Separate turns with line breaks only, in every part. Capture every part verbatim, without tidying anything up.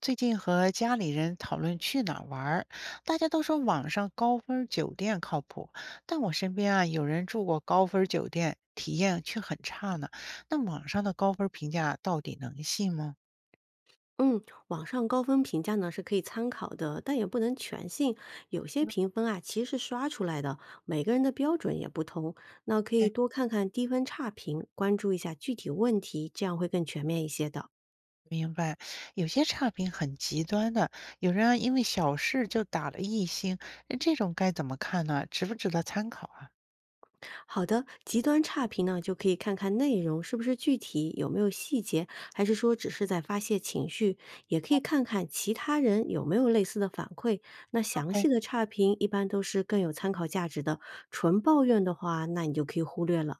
最近和家里人讨论去哪儿玩儿，大家都说网上高分儿酒店靠谱，但我身边啊有人住过高分儿酒店，体验却很差呢。那网上的高分儿评价到底能信吗？
嗯，网上高分评价呢是可以参考的，但也不能全信。有些评分啊，其实是刷出来的，每个人的标准也不同。那可以
哎，
多看看低分差评，关注一下具体问题，这样会更全面一些的。
明白，有些差评很极端的，有人啊因为小事就打了一星，那这种该怎么看呢？值不值得参考啊
好的，极端差评呢，就可以看看内容是不是具体，有没有细节，还是说只是在发泄情绪。也可以看看其他人有没有类似的反馈。那详
？O K，
细的差评一般都是更有参考价值的，纯抱怨的话，那你就可以忽略了。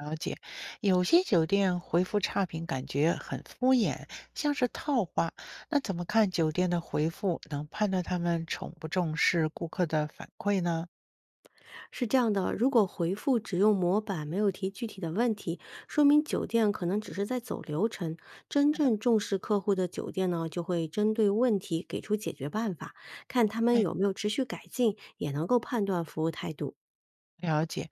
了解，有些酒店回复差评感觉很敷衍，像是套话。那怎么看酒店的回复，能判断他们重不重视顾客的反馈呢？
是这样的，如果回复只用模板，没有提具体的问题，说明酒店可能只是在走流程。真正重视客户的酒店呢，就会针对问题给出解决办法，看他们
哎，
有没有持续改进，也能够判断服务态度。
了解。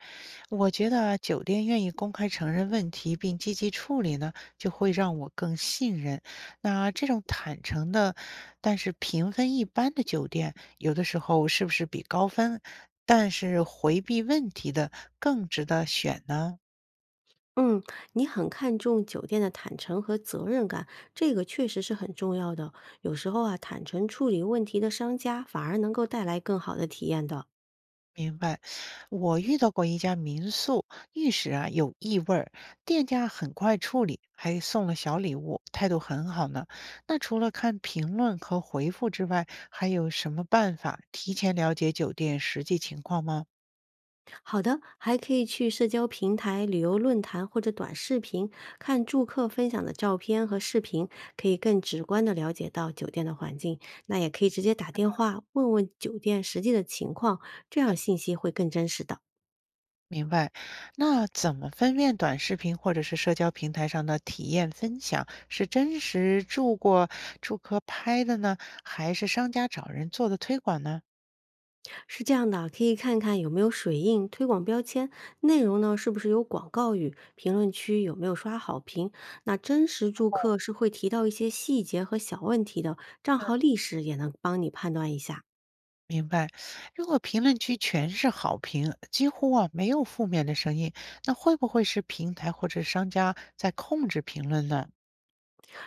我觉得啊酒店愿意公开承认问题并积极处理呢，就会让我更信任。那这种坦诚的，但是评分一般的酒店，有的时候是不是比高分，但是回避问题的更值得选呢？
嗯，你很看重酒店的坦诚和责任感，这个确实是很重要的。有时候啊，坦诚处理问题的商家反而能够带来更好的体验的。
明白，我遇到过一家民宿，浴室啊有异味儿，店家很快处理，还送了小礼物，态度很好呢。那除了看评论和回复之外，还有什么办法提前了解酒店实际情况吗？
好的，还可以去社交平台、旅游论坛或者短视频看住客分享的照片和视频，可以更直观的了解到酒店的环境。那也可以直接打电话问问酒店实际的情况，这样信息会更真实的。
明白，那怎么分辨短视频或者是社交平台上的体验分享是真实住过住客拍的呢，还是商家找人做的推广呢？
是这样的，可以看看有没有水印、推广标签，内容呢是不是有广告语，评论区有没有刷好评。那真实住客是会提到一些细节和小问题的，账号历史也能帮你判断一下。
明白，如果评论区全是好评，几乎啊没有负面的声音，那会不会是平台或者商家在控制评论呢？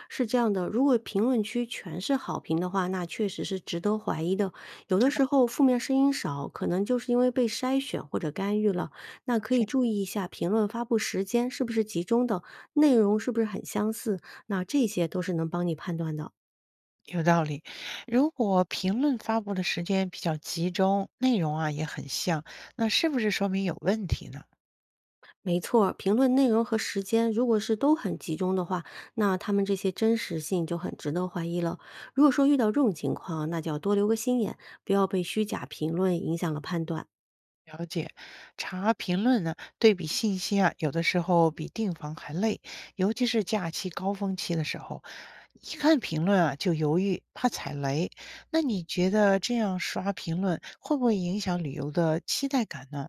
是这样的，如果评论区全是好评的话，那确实是值得怀疑的。有的
这个
时候负面声音少，可能就是因为被筛选或者干预了。那可以注意一下评论发布时间是不是集中的，内容是不是很相似，那这些都是能帮你判断的。
有道理。如果评论发布的时间比较集中，内容啊也很像，那是不是说明有问题呢？
没错儿评论内容和时间如果是都很集中的话，那他们这些真实性就很值得怀疑了。如果说遇到这种情况，那就要多留个心眼，不要被虚假评论影响了判断。
了解，查评论呢，对比信息啊，有的时候比订房还累，尤其是假期高峰期的时候，一看评论啊就犹豫，怕踩雷。那你觉得这样刷评论会不会影响旅游的期待感呢？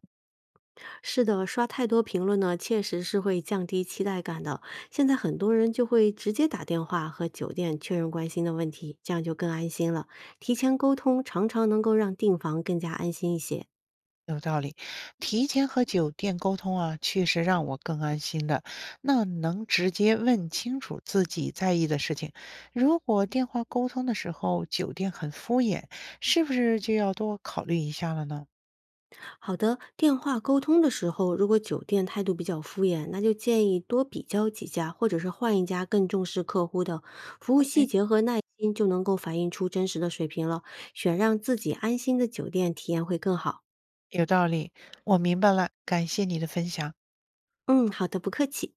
是的，刷太多评论呢，确实是会降低期待感的。现在很多人就会直接打电话和酒店确认关心的问题，这样就更安心了。提前沟通常常能够让订房更加安心一些。
有道理，提前和酒店沟通啊，确实让我更安心的。那能直接问清楚自己在意的事情。如果电话沟通的时候酒店很敷衍，是不是就要多考虑一下了呢？
好的，电话沟通的时候，如果酒店态度比较敷衍，那就建议多比较几家，或者是换一家更重视客户的服务细
哎，
节和耐心，就能够反映出真实的水平了。选让自己安心的酒店，体验会更好。
有道理，我明白了，感谢你的分享。
嗯，好的，不客气。